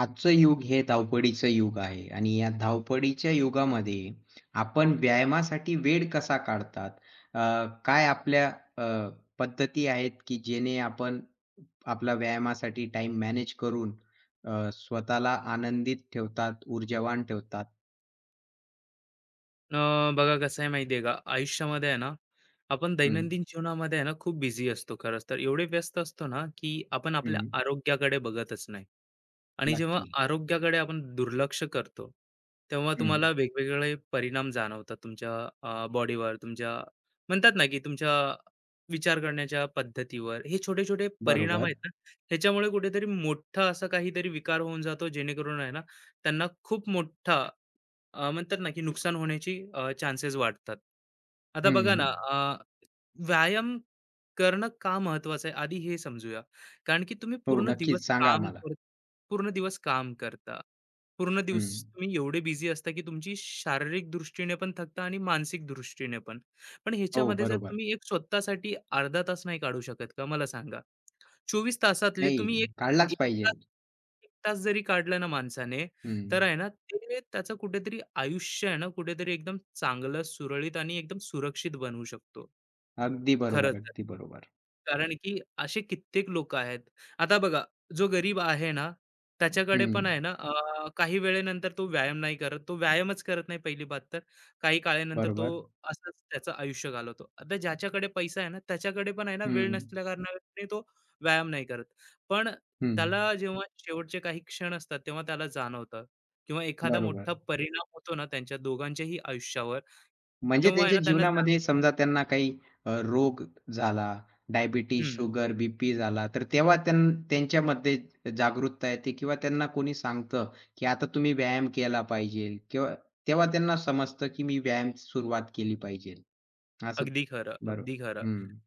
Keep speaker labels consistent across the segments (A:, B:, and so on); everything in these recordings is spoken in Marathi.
A: आजचं युग हे धावपळीचं युग आहे आणि या धावपळीच्या युगामध्ये आपण व्यायामासाठी वेळ कसा काढतात? अ, काय आपल्या अ, पद्धती आहेत, की जेणे आपण आपला व्यायामासाठी टाईम मॅनेज करून स्वतःला आनंदित ठेवतात, ऊर्जावान ठेवतात?
B: अ, बघा कसं आहे माहिती आहे का आयुष्यामध्ये आहे ना आपण
A: हं,
B: दैनंदिन जीवनामध्ये आहे ना खूप बिझी असतो खरंच तर एवढे व्यस्त असतो ना की आपण आपल्या
A: हं.
B: आरोग्याकडे बघतच नाही. आणि जेव्हा
A: नक्की.
B: आरोग्याकडे आपण दुर्लक्ष करतो तेव्हा
A: हं.
B: तुम्हाला वेगवेगळे परिणाम जाणवतात तुमच्या बॉडीवर तुमच्या म्हणतात ना की तुमच्या विचार करण्याच्या पद्धतीवर हे छोटे छोटे परिणाम
A: बरोबर.
B: आहेत ना ह्याच्यामुळे कुठेतरी मोठा असा काहीतरी विकार होऊन जातो जेणेकरून आहे ना त्यांना खूप मोठा म्हणतात ना, की नुकसान होण्याची चान्सेस वाढतात. आता बघा ना,
A: हं.
B: अ, व्यायाम करणं का महत्वाचं आहे? आधी हे समजूया. कारण की तुम्ही
A: हो,
B: पूर्ण
A: नक्कीच
B: दिवस
A: सांगा
B: काम
A: आम्हाला.
B: कर पूर्ण दिवस काम करता. पूर्ण दिवस
A: हं.
B: तुम्ही एवढे बिझी असता, की तुमची शारीरिक दृष्टीने पण थकता आणि मानसिक दृष्टीने पण. पण
A: हो,
B: ह्याच्यामध्ये जर
A: बरोबर.
B: तुम्ही एक स्वतःसाठी अर्धा तास नाही काढू शकत का? मला सांगा. 24 तासातले
A: नाही,
B: तुम्ही एक
A: काढलाच
B: 1
A: पाहिजे.
B: तास 1 तास जरी काढला ना माणसाने, तर
A: हं.
B: आहे ना ते त्याचं कुठेतरी आयुष्य आहे ना कुठेतरी एकदम चांगलं, सुरळीत आणि एकदम सुरक्षित बनवू शकतो.
A: अगदी बरोबर,
B: खरंच.
A: अगदी बरोबर.
B: कारण की असे कित्येक लोक आहेत. आता बघा, जो गरीब आहे ना, त्याच्याकडे
A: हं.
B: पण आहे ना काही वेळेनंतर तो व्यायाम नाही करत. तो व्यायामच करत नाही पहिली बात तर. काही काळानंतर तो
A: बरोबर.
B: असंच त्याचं आयुष्य घालवतो. आता ज्याच्याकडे पैसा आहे ना, त्याच्याकडे पण आहे ना वेळ
A: हं,
B: नसल्या कारणाने तो व्यायाम नाही करत. पण
A: हं.
B: त्याला जेव्हा शेवटचे काही क्षण असतात, तेव्हा त्याला जाणवतं किंवा एखादा
A: बरोबर.
B: मोठा परिणाम होतो ना त्यांच्या दोघांच्याही आयुष्यावर,
A: म्हणजे
B: तेव्हा आहे
A: त्यांच्या
B: ना त्यांना जा
A: जीवनामध्ये समजा त्यांना काही रोग झाला, डायबिटीज,
B: हं.
A: शुगर, बी-पी झाला, तर तेव्हा त्यांच्यामध्ये जागरूकता येते किंवा त्यांना कोणी सांगतं, की आता तुम्ही व्यायाम केला पाहिजे किंवा तेव्हा त्यांना समजतं, की मी व्यायाम सुरुवात केली पाहिजे. असं
B: अगदी खरं,
A: बरोबर.
B: अगदी खरं.
A: हं,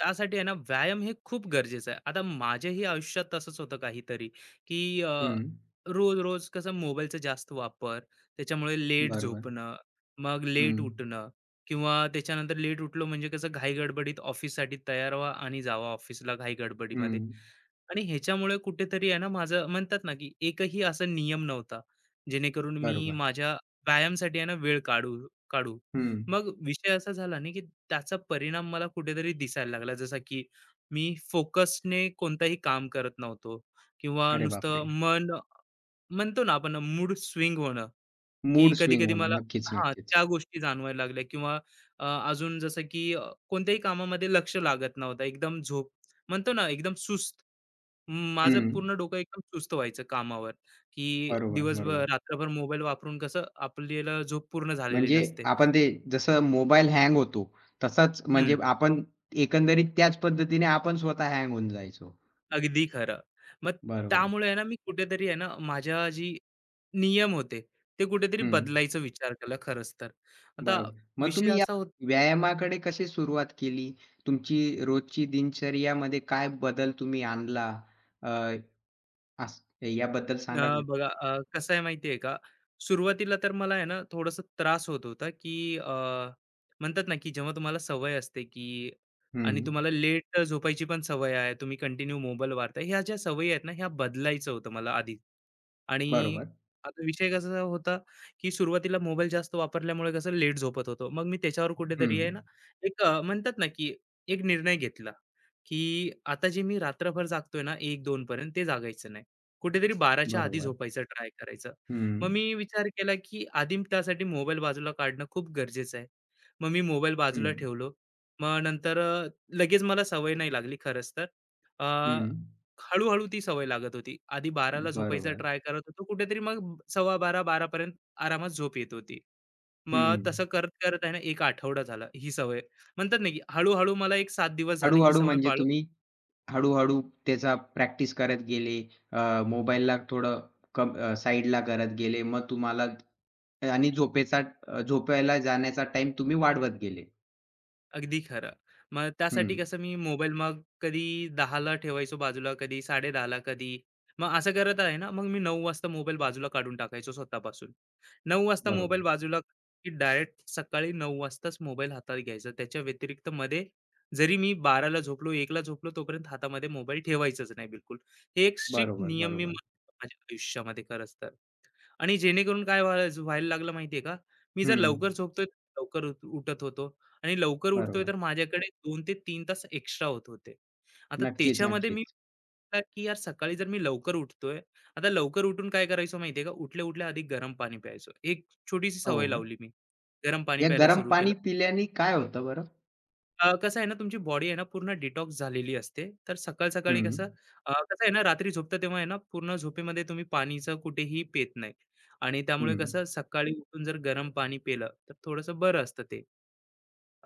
B: त्यासाठी आहे ना व्यायाम हे खूप गरजेचं आहे. आता माझ्याही आयुष्यात तसंच होतं काहीतरी, की
A: हं.
B: रोज-रोज कसं मोबाईलचा जास्त वापर, त्याच्यामुळे लेट
A: बरोबर.
B: झोपणं, मग लेट
A: हं,
B: उठणं किंवा त्याच्यानंतर लेट उठलो म्हणजे कसं घाई गडबडीत ऑफिससाठी तयार व्हा आणि जावा ऑफिसला घाई
A: हं.
B: गडबडीमध्ये. आणि ह्याच्यामुळे कुठेतरी आहे ना माझं म्हणतात ना की एकही असा नियम नव्हता जेणेकरून मी
A: बरोबर.
B: माझ्या व्यायामसाठी आहे ना वेळ काढू काढू
A: हं.
B: मग विषय असा झाला ना की त्याचा परिणाम मला कुठेतरी दिसायला लागला जसा की मी फोकसने कोणताही काम करत नव्हतो किंवा
A: अरे
B: नुसतं
A: बापरे!
B: मन म्हणतो ना आपण मूड स्विंग होणं की
A: मूड स्विंग
B: कधी-कधी
A: होणं.
B: मला
A: नक्कीच,
B: हां,
A: नक्कीच.
B: त्या गोष्टी जाणवायला लागल्या किंवा अजून जसं की कोणत्याही कामामध्ये लक्ष लागत नव्हतं. एकदम झोप म्हणतो ना, एकदम सुस्त. माझं
A: हं.
B: पूर्ण डोकं एकदम सुस्त व्हायचं कामावर, की
A: बरोबर,
B: दिवसभर
A: बरोबर.
B: रात्रभर मोबाईल वापरून कसं आपल्याला झोप पूर्ण झालेली
A: म्हणजे
B: नसते.
A: आपण ते जसं मोबाईल हँग होतो, तसाच म्हणजे
B: हं,
A: आपण एकंदरीत त्याच पद्धतीने आपण स्वतः हँग होऊन जायचो.
B: अगदी खरं. मग
A: बरोबर.
B: त्यामुळे आहे ना, मी कुठेतरी आहे ना, माझ्या जी नियम होते, ते कुठेतरी
A: हं.
B: बदलायचा विचार केला खरंच तर. आता
A: बरोबर. मग
B: विषय
A: तुम्ही या
B: असा
A: व्यायामाकडे कशी सुरुवात केली? तुमची रोजची दिनचर्यामध्ये काय बदल तुम्ही आणला? अ, अस याबद्दल सांगा जरा?
B: बघा कसं आहे माहिती आहे का, सुरुवातीला तर मला आहे ना थोडासा त्रास होत होता, की म्हणतात ना, की जेव्हा तुम्हाला सवय असते, की
A: हं.
B: आणि तुम्हाला लेट झोपायची पण सवय आहे, तुम्ही कंटिन्यू मोबाईल वापरताय. ह्या ज्या सवयी आहेत ना, ह्या बदलायचं होतं मला आधी. आणि
A: बरोबर.
B: आता विषय कसा होता, की सुरुवातीला मोबाईल जास्त वापरल्यामुळे कसं लेट झोपत होतो. मग मी त्याच्यावर
A: हं.
B: कुठेतरी आहे ना, म्हणतात ना, की एक निर्णय घेतला, की आता जे मी रात्रभर जागतोय ना 1-2 पर्यंत ते जागायचं नाही. कुठेतरी 12च्या आधी
A: बरोबर.
B: झोपायचं ट्राय करायचं.
A: हं.
B: मग मी विचार केला, की आधी त्यासाठी मोबाईल बाजूला काढणं खूप गरजेचं आहे. मग मी मोबाईल बाजूला
A: हं.
B: ठेवलो. मग नंतर लगेच मला सवय नाही लागली खरंच तर. अ,
A: हं.
B: हळू ती सवय लागत होती. आधी 12ला झोपायचा
A: बरोबर.
B: ट्राय करत होतो. कुठेतरी मग 12:15 12पर्यंत आरामात झोप येत होती. मग
A: हं.
B: तसं करत-करत आहे ना, 1 आठवडा झाला ही सवय. म्हणतात ना, की हळू मला एक 7 दिवस झाले ही
A: हळू-हळू
B: सवय
A: म्हणजे
B: पाळून
A: तुम्ही हळू-हळू त्याचा प्रॅक्टिस करत गेले. मोबाईलला थोडं कम साईडला करत गेले. मग तुम्हाला आणि झोपेचा झोपायला जाण्याचा टाईम तुम्ही वाढवत गेले.
B: अगदी खरं. मग
A: हं.
B: त्यासाठी कसं मी मोबाईल मग कधी 10:00ला ठेवायचो बाजूला, कधी 10:30ला, कधी मग असं करत आहे ना, मग मी 9:00 वाजता मोबाईल बाजूला काढून टाकायचो स्वतःपासून. 9:00 वाजता मोबाईल
A: बरोबर.
B: बाजूला की डायरेक्ट सकाळी 9:00 वाजताच मोबाईल हातात घ्यायचा. त्याच्या व्यतिरिक्त मध्ये जरी मी 12:00ला झोपलो, 1:00ला झोपलो, तोपर्यंत हातामध्ये मोबाईल ठेवायचाच नाही बिलकुल. हे एक स्ट्रिक्ट
A: बरोबर,
B: नियम मी
A: बरोबर.
B: मानतो माझ्या आयुष्यामध्ये खरंच तर. आणि जेणेकरून काय व्हायला लागलं माहिती का? मी जर
A: हं.
B: लवकर झोपतोय, लवकर उठत होतो. आणि लवकर उठतोय
A: बरोबर.
B: तर माझ्याकडे 2 ते तीन तास एक्स्ट्रा होत होते. आता
A: नक्कीच,
B: त्याच्यामध्ये मी
A: नक्कीच.
B: विचार केला की यार सकाळी जर मी लवकर उठतोय, आता लवकर उठून काय करायचो माहितीये का? उठल्या-उठल्या आधी गरम पाणी प्यायचो. एक छोटीशी सवय
A: हो.
B: लावली मी. गरम पाणी
A: या
B: प्यायला
A: गरम
B: सुरू केलं.
A: पाणी पिल्याने काय होतं बरं?
B: कसं आहे ना, तुमची बॉडी आहे ना, पूर्ण डिटॉक्स झालेली असते. तर सकाळ-सकाळी
A: हं.
B: कसं कसं आहे ना, रात्री झोपता तेव्हा आहे ना, पूर्ण झोपेमध्ये तुम्ही पाणीचं कुठेही पीत नाही आणि त्यामुळे
A: हं.
B: कसं सकाळी उठून जर गरम पाणी पिलं, तर थोडंसं बरं असतं ते.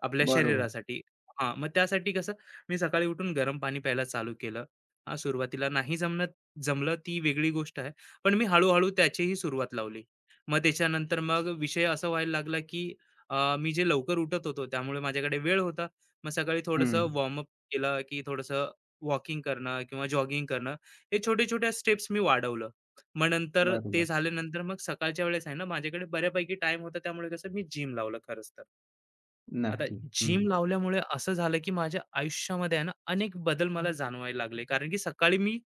B: आपल्या
A: बरोबर.
B: शरीरासाठी. हां, मग त्यासाठी कसं मी सकाळी उठून गरम पाणी प्यायला चालू केलं. हां, सुरुवातीला नाही जमलं जमलं ती वेगळी गोष्ट आहे. पण मी हळू त्याचीही सुरुवात लावली. मग त्याच्यानंतर मग विषय असा व्हायला लागला, की मी जे लवकर उठत होतो, त्यामुळे माझ्याकडे वेळ होता. मग सकाळी
A: हं.
B: थोडंसं वॉर्मअप केलं की थोडंसं वॉकिंग करणं किंवा जॉगिंग करणं हे छोटे छोट्या स्टेप्स मी वाढवलं. मग नंतर ते
A: बरोबर.
B: झाल्यानंतर मग सकाळच्या वेळेस आहे ना माझ्याकडे बऱ्यापैकी टाइम होता त्यामुळे कसं मी जिम लावलं खरंच तर. आता
A: नक्की. हं.
B: जिम लावल्यामुळे असं झालं, की माझ्या आयुष्यामध्ये आहे ना, अनेक बदल मला जाणवायला लागले. कारण की सकाळी मी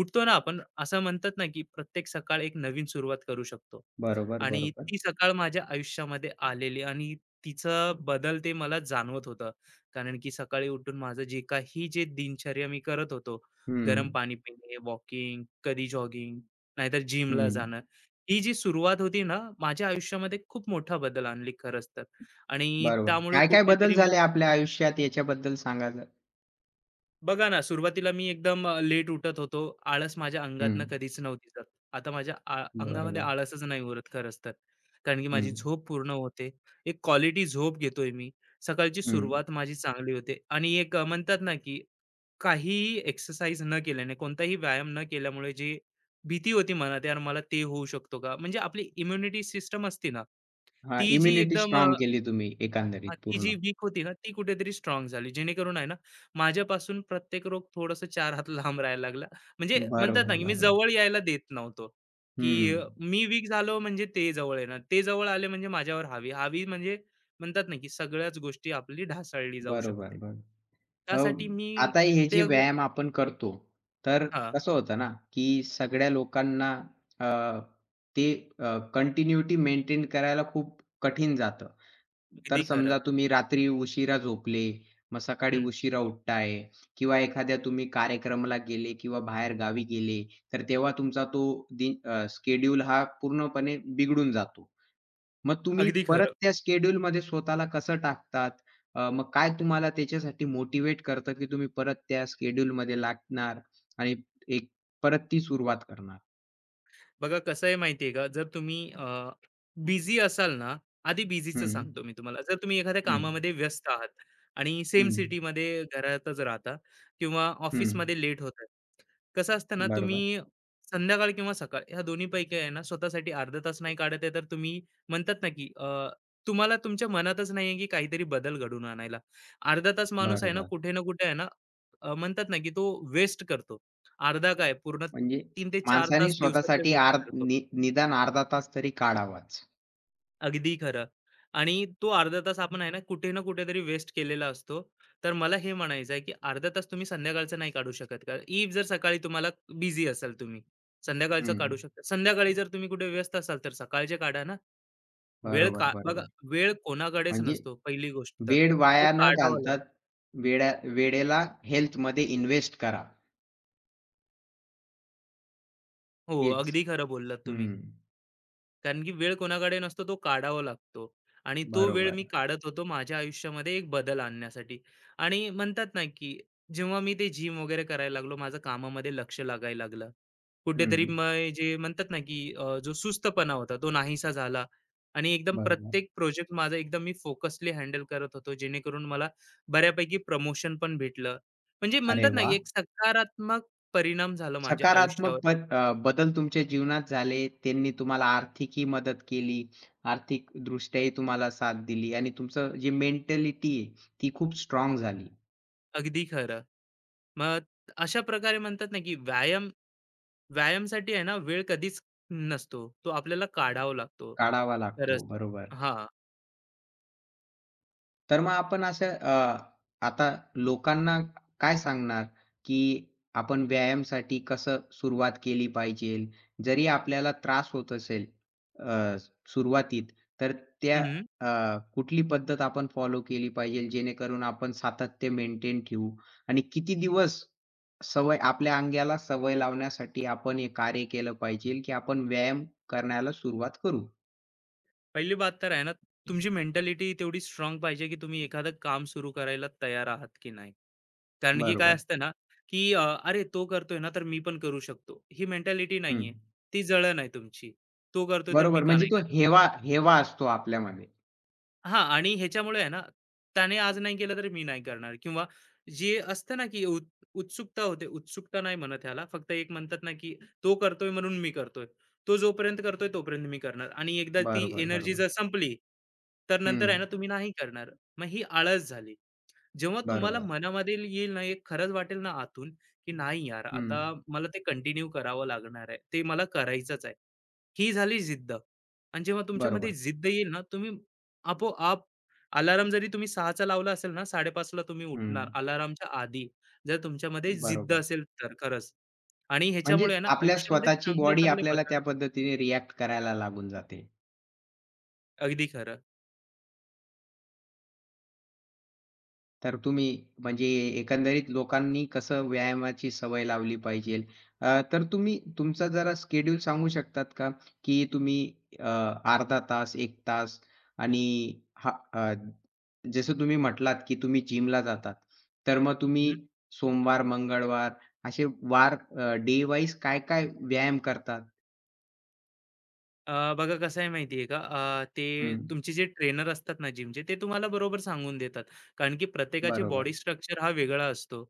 B: उठतो ना, आपण असं म्हणतात ना, की प्रत्येक सकाळ एक नवीन सुरुवात करू शकतो.
A: बरोबर,
B: आणि
A: बरोबर.
B: ती सकाळ माझ्या आयुष्यामध्ये आलेली आणि तिचा बदल ते मला जाणवत होतं. कारण की सकाळी उठून माझं जे काही जे दिनचर्या मी करत होतो, गरम
A: हं.
B: पाणी पिणे, वॉकिंग, कधी जॉगिंग, नाहीतर जिमला
A: हं.
B: जाणं. ही जी सुरुवात होती ना, माझ्या आयुष्यामध्ये खूप मोठा बदल आणली खरंच तर. आणि
A: बरोबर.
B: त्यामुळे
A: काय-काय बदल
B: कुठेतरी मग
A: झाले आपल्या आयुष्यात याच्याबद्दल सांगा जरा?
B: बघा ना, सुरुवातीला मी एकदम लेट उठत होतो. आळस माझ्या
A: हं.
B: अंगातनं कधीच नव्हती जात. आता माझ्या अंगामध्ये
A: बरोबर.
B: आळसच नाही उरत खरंच तर. कारण की
A: हं,
B: माझी झोप पूर्ण होते. एक क्वालिटी झोप घेतोय मी. सकाळची
A: हं.
B: सुरुवात माझी चांगली होते आणि म्हणतात ना, की काहीही एक्सरसाइज न केल्याने, कोणताही व्यायाम न केल्यामुळे जी भीती होती मनात, "यार मला ते होऊ शकतो का?" म्हणजे आपली इम्युनिटी सिस्टम असते ना,
A: हां,
B: ती जी
A: इम्युनिटी
B: एकदम
A: स्ट्राँग केली तुम्ही
B: हां,
A: एकंदरीत
B: ती जी
A: पूर्ण.
B: वीक होती ना, ती कुठेतरी स्ट्राँग झाली. जेणेकरून आहे ना, माझ्यापासून प्रत्येक रोग थोडंसं 4 हात लांब राहायला लागला. म्हणजे
A: बरोबर,
B: म्हणतात ना, की मी
A: बरोबर.
B: जवळ यायला देत नव्हतो, की
A: हं.
B: अ, मी वीक झालो म्हणजे ते जवळ येणार. ते जवळ आले म्हणजे माझ्यावर हावी. हावी म्हणजे म्हणतात ना, की सगळ्याच गोष्टी आपली ढासळली जाऊ
A: बरोबर,
B: शकते.
A: बरोबर.
B: त्यासाठी मी
A: अ, आता हे जे
B: त्या गो
A: व्यायाम आपण करतो, तर
B: हां,
A: कसं होतं ना, की सगळ्या लोकांना अ, ते कंटिन्युटी मेंटेन करायला खूप कठीण जातं. तर
B: अगदी
A: समजा
B: खरं.
A: तुम्ही रात्री उशिरा झोपले, मग सकाळी
B: हं,
A: उशिरा उठताय किंवा एखाद्या तुम्ही कार्यक्रमाला गेले किंवा बाहेर गावी गेले, तर तेव्हा तुमचा तो दिन अ, हा पूर्णपणे बिघडून जातो. मग तुम्ही
B: अगदी
A: परत
B: खरं.
A: त्या शेड्यूलमध्ये स्वतःला कसं टाकतात? मग काय तुम्हाला त्याच्यासाठी मोटिव्हेट करतं, की तुम्ही परत त्या शेड्यूलमध्ये लागणार आणि एक परत ती सुरुवात करणार?
B: बघा कसं आहे माहिती आहे का जर तुम्ही बिझी असाल ना आधी बिझीचं
A: हं,
B: सांगतो मी तुम्हाला जर तुम्ही एखाद्या
A: हं,
B: कामामध्ये व्यस्त आहात आणि सेम
A: हं,
B: सिटीमध्ये घरातच राहता किंवा
A: हं.
B: ऑफिसमध्ये लेट होत आहे कसं असतं ना
A: बरोबर,
B: तुम्ही संध्याकाळ किंवा सकाळ ह्या दोन्हीपैकी आहे ना स्वतःसाठी अर्धा तास नाही काढत आहे तर तुम्ही म्हणतात ना की तुम्हाला तुमच्या मनातच नाही की काहीतरी बदल घडून आणायला अर्धा तास माणूस आहे ना
A: बरोबर.
B: कुठे ना कुठे आहे ना म्हणतात ना की तो वेस्ट करतो अर्धा काय पूर्ण
A: म्हणजे
B: 3 ते 4
A: माणसाने
B: तास दिवसातले
A: स्वतःसाठी आर
B: वेस्ट करतो.
A: नि निदान अर्धा तास तरी काढावाच.
B: अगदी खरं. आणि तो अर्धा तास आपण आहे ना कुठे ना कुठेतरी वेस्ट केलेला असतो. तर मला हे म्हणायचं आहे, की अर्धा तास तुम्ही संध्याकाळचा नाही काढू शकत का? जर सकाळी तुम्हाला बिझी असाल तुम्ही, संध्याकाळचं
A: हं.
B: काढू शकता. संध्याकाळी जर तुम्ही कुठे व्यस्त असाल तर सकाळचे काढा ना. वेळ
A: बरोबर,
B: का बघा
A: बरोबर.
B: वेळ कोणाकडेच
A: म्हणजे
B: नसतो पहिली गोष्ट तर.
A: वेळ
B: तो
A: वाया न
B: काढावा
A: घालता
B: लागतो.
A: वेळा वेळेला हेल्थमध्ये इन्व्हेस्ट करा.
B: हो,
A: हेच.
B: अगदी खरं बोललात तुम्ही.
A: हं.
B: कारण की वेळ कोणाकडे नसतो, तो काढावा लागतो आणि तो वेळ मी
A: बरोबर.
B: काढत होतो माझ्या आयुष्यामध्ये एक बदल आणण्यासाठी. आणि म्हणतात ना, की जेव्हा मी ते जिम वगैरे करायला लागलो, माझं कामामध्ये लक्ष लागायला लागलं. कुठेतरी
A: हं.
B: मग जे म्हणतात ना, की जो सुस्तपणा होता तो नाहीसा झाला आणि एकदम
A: बरोबर.
B: प्रत्येक प्रोजेक्ट माझा एकदम मी फोकसली हँडल करत होतो, जेणेकरून मला बऱ्यापैकी प्रमोशन पण भेटलं. म्हणजे
A: अरे
B: म्हणतात ना, की
A: वा,
B: एक सकारात्मक परिणाम झाला माझ्या
A: सकारात्मक
B: आयुष्यावर.
A: बद अ, बदल तुमच्या जीवनात झाले. त्यांनी तुम्हाला आर्थिकही मदत केली. आर्थिकदृष्ट्याही तुम्हाला साथ दिली आणि तुमचं जी मेंटॅलिटी आहे, ती खूप स्ट्रॉंग झाली.
B: अगदी खरं. मग अशा प्रकारे म्हणतात ना, की व्यायामसाठी आहे ना, वेळ कधीच नसतो. तो आपल्याला काढावा लागतो.
A: काढावा
B: खरंच.
A: लागतो. बरोबर.
B: हां.
A: तर मग आपण असं आता लोकांना काय सांगणार, की आपण व्यायामासाठी कसं सुरुवात केली पाहिजे? जरी आपल्याला त्रास होत असेल अ, सुरुवातीत, तर त्या
B: हं.
A: अ, कुठली पद्धत आपण फॉलो केली पाहिजे जेणेकरून आपण सातत्य मेंटेन ठेवू आणि किती दिवस आपल्या अंगाला सवय लावण्यासाठी आपण हे कार्य केलं पाहिजे, की आपण व्यायाम करण्याला सुरुवात करू?
B: पहिली बात तर आहे ना, तुमची मेंटॅलिटी तेवढी स्ट्राँग पाहिजे, की तुम्ही एखादं काम सुरू करायला तयार आहात की नाही. कारण की काय
A: बरोबर.
B: असतं ना, की "अरे, तो करतोय ना, तर मी पण करू शकतो." ही मेंटॅलिटी
A: हं.
B: नाहीये. ती जळण आहे तुमची. तो करतोय, तर मी
A: बरोबर.
B: का
A: म्हणजे
B: नाही
A: तो हेवा हेवा असतो आपल्यामध्ये.
B: हां आणि ह्याच्यामुळे आहे ना, त्याने आज नाही केलं तर मी नाही करणार किंवा जे असतं ना, की उत्सुकता होते. उत्सुकता नाही म्हणत ह्याला, फक्त एक म्हणतात ना, की तो करतोय म्हणून मी करतोय. तो जोपर्यंत करतोय तोपर्यंत मी करणार आणि एकदा ती
A: बरोबर,
B: एनर्जी
A: बरोबर.
B: जर संपली, तर नंतर
A: हं.
B: आहे ना, तुम्ही नाही करणार. मग ही आळस झाली. जेव्हा तुम्हाला
A: बरोबर.
B: मनामध्ये येईल ना, एक खरंच वाटेल ना आतून, की नाही यार,
A: हं.
B: आता मला ते कंटिन्यू करावं लागणार आहे. ते मला करायचंच आहे. ही झाली जिद्द आणि जेव्हा तुमच्यामध्ये
A: बरोबर.
B: जिद्द येईल ना, तुम्ही आपोआप अलार्म जरी तुम्ही 6चा लावला असेल ना, 5:30ला तुम्ही उठणार
A: हं.
B: अलार्मच्या आधी. जर तुमच्यामध्ये जिद्द
A: बरोबर.
B: असेल तर खरंच आणि
A: म्हणजे
B: ह्याच्यामुळे आहे ना,
A: आपल्या
B: आयुष्यामध्ये
A: स्वतःची बॉडी
B: चांगले-चांगले
A: आपल्याला
B: बदल
A: त्या पद्धतीने रिएक्ट करायला लागून जाते.
B: अगदी खरं.
A: तर तुम्ही म्हणजे एकंदरीत लोकांनी कसं व्यायामाची सवय लावली पाहिजे. तर तुम्ही तुमचा जरा शेड्यूल सांगू शकतात का? की तुम्ही अ, अर्धा तास, 1 तास आणि हा जसं तुम्ही म्हटलात, की तुम्ही जिमला जातात. तर मग तुम्ही सोमवार, मंगळवार असे वार डे वाईज काय-काय व्यायाम करतात?
B: बघा कसं आहे माहिती आहे का ते
A: हं.
B: तुमचे जे ट्रेनर असतात ना जिमचे ते तुम्हाला बरोबर सांगून देतात कारण की प्रत्येकाचे
A: बरोबर.
B: बॉडी स्ट्रक्चर हा वेगळा असतो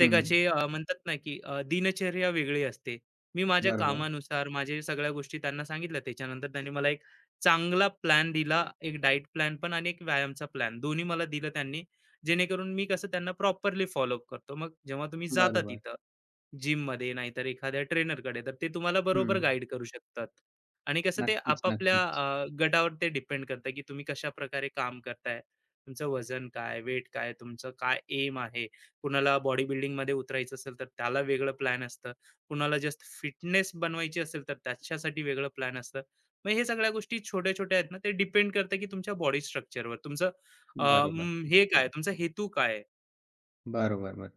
A: हं.
B: म्हणतात ना की दिनचर्या वेगळी असते मी माझ्या
A: बरोबर.
B: कामानुसार माझे सगळ्या गोष्टी त्यांना सांगितल्या त्याच्यानंतर त्यांनी मला एक चांगला प्लॅन दिला एक डाईट प्लॅन पण आणि एक व्यायामचा प्लॅन दोन्ही मला दिलं त्यांनी जेणेकरून मी कसं त्यांना प्रॉपरली फॉलोअप करतो मग जेव्हा तुम्ही जाता
A: बरोबर.
B: तिथं जिममध्ये नाहीतर एखाद्या ट्रेनरकडे, तर ते तुम्हाला बरोबर
A: हं.
B: गाईड करू शकतात. आणि कसं ते
A: नक्कीच,
B: आपापल्या
A: नक्कीच.
B: गटावर ते डिपेंड करतं, की तुम्ही कशा प्रकारे काम करताय. तुमचं वजन काय, वेट काय, तुमचं काय एम आहे. कुणाला बॉडी बिल्डिंग बिल्डिंगमध्ये उतरायचं असेल, तर त्याला वेगळं प्लॅन असतं. कुणाला जस्ट फिटनेस बनवायची असेल, तर त्याच्यासाठी वेगळं प्लॅन असतं. मग हे सगळ्या गोष्टी छोट्या-छोट्या आहेत ना, ते डिपेंड करतं, की तुमच्या बॉडी स्ट्रक्चरवर. तुमचं अ,
A: बरोबर.
B: हे काय, तुमचा हेतू काय आहे?
A: बरोबर, बरोबर.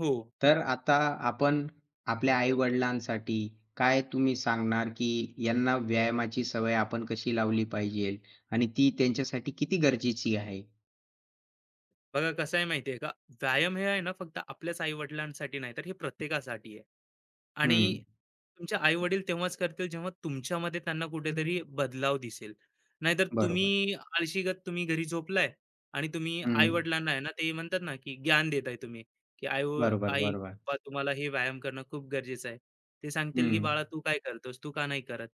B: हो.
A: तर आता आपण आपल्या आई-वडिलांसाठी काय तुम्ही सांगणार, की यांना व्यायामाची सवय आपण कशी लावली पाहिजे आणि ती त्यांच्यासाठी किती गरजेची आहे?
B: बघा कसं आहे माहितीये का व्यायाम हे आहे ना फक्त आपल्याच आई वडिलांसाठी नाही तर हे प्रत्येकासाठी आहे आणि
A: हं.
B: तुमच्या आई वडील तेव्हाच करतील जेव्हा तुमच्यामध्ये त्यांना कुठेतरी बदलाव दिसेल नाहीतर
A: बरोबर.
B: तुम्ही आळशीगत तुम्ही घरी झोपलाय आणि तुम्ही आई
A: हं.
B: वडिलांना आहे ना ते म्हणतात ना की ज्ञान देताय तुम्ही की
A: बरोबर,
B: आई
A: बरोबर.
B: पप्पा तुम्हाला हे व्यायाम करणं खूप गरजेचं आहे ते सांगतील
A: हं.
B: की बाळा तू काय करतोस तू का नाही करत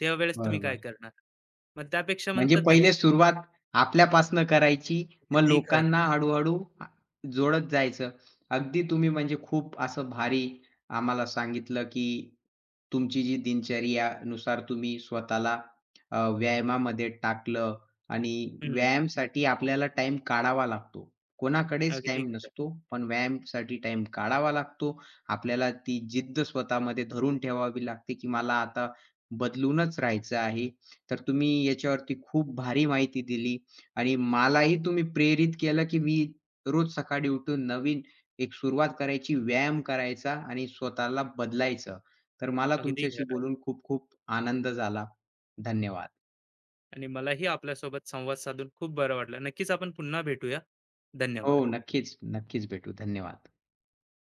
B: त्यावेळेस तुम्ही काय
A: बरोबर.
B: करणार मग त्यापेक्षा
A: म्हणजे
B: म्हणतात ना की
A: पहिले
B: ते मग
A: सुरुवात आपल्यापासनं करायची. मग
B: अगदी खरं
A: लोकांना हळू-हळू जोडत जायचं. अगदी तुम्ही म्हणजे खूप असं भारी आम्हाला सांगितलं, की तुमची जी दिनचर्यानुसार तुम्ही स्वतःला व्यायामामध्ये टाकलं आणि
B: हम्म,
A: व्यायामासाठी आपल्याला टाईम काढावा लागतो. कोणाकडेच
B: अगदी
A: टाईम
B: खरं
A: नसतो, पण व्यायामासाठी टाईम काढावा लागतो. आपल्याला ती जिद्द स्वतःमध्ये धरून ठेवावी लागते, की मला आता बदलूनच राहायचं आहे. तर तुम्ही याच्यावरती खूप भारी माहिती दिली आणि मलाही तुम्ही प्रेरित केलं, की मी रोज सकाळी उठून नवीन एक सुरुवात करायची, व्यायाम करायचा आणि स्वतःला बदलायचं. तर मला
B: अगदी
A: तुमच्याशी
B: खरं
A: बोलून खूप खूप आनंद झाला. धन्यवाद.
B: आणि मलाही आपल्यासोबत संवाद साधून खूप बरं वाटलं. नक्कीच आपण पुन्हा भेटूया.
A: हो,
B: धन्यवाद.
A: नक्कीच, नक्कीच भेटू. धन्यवाद.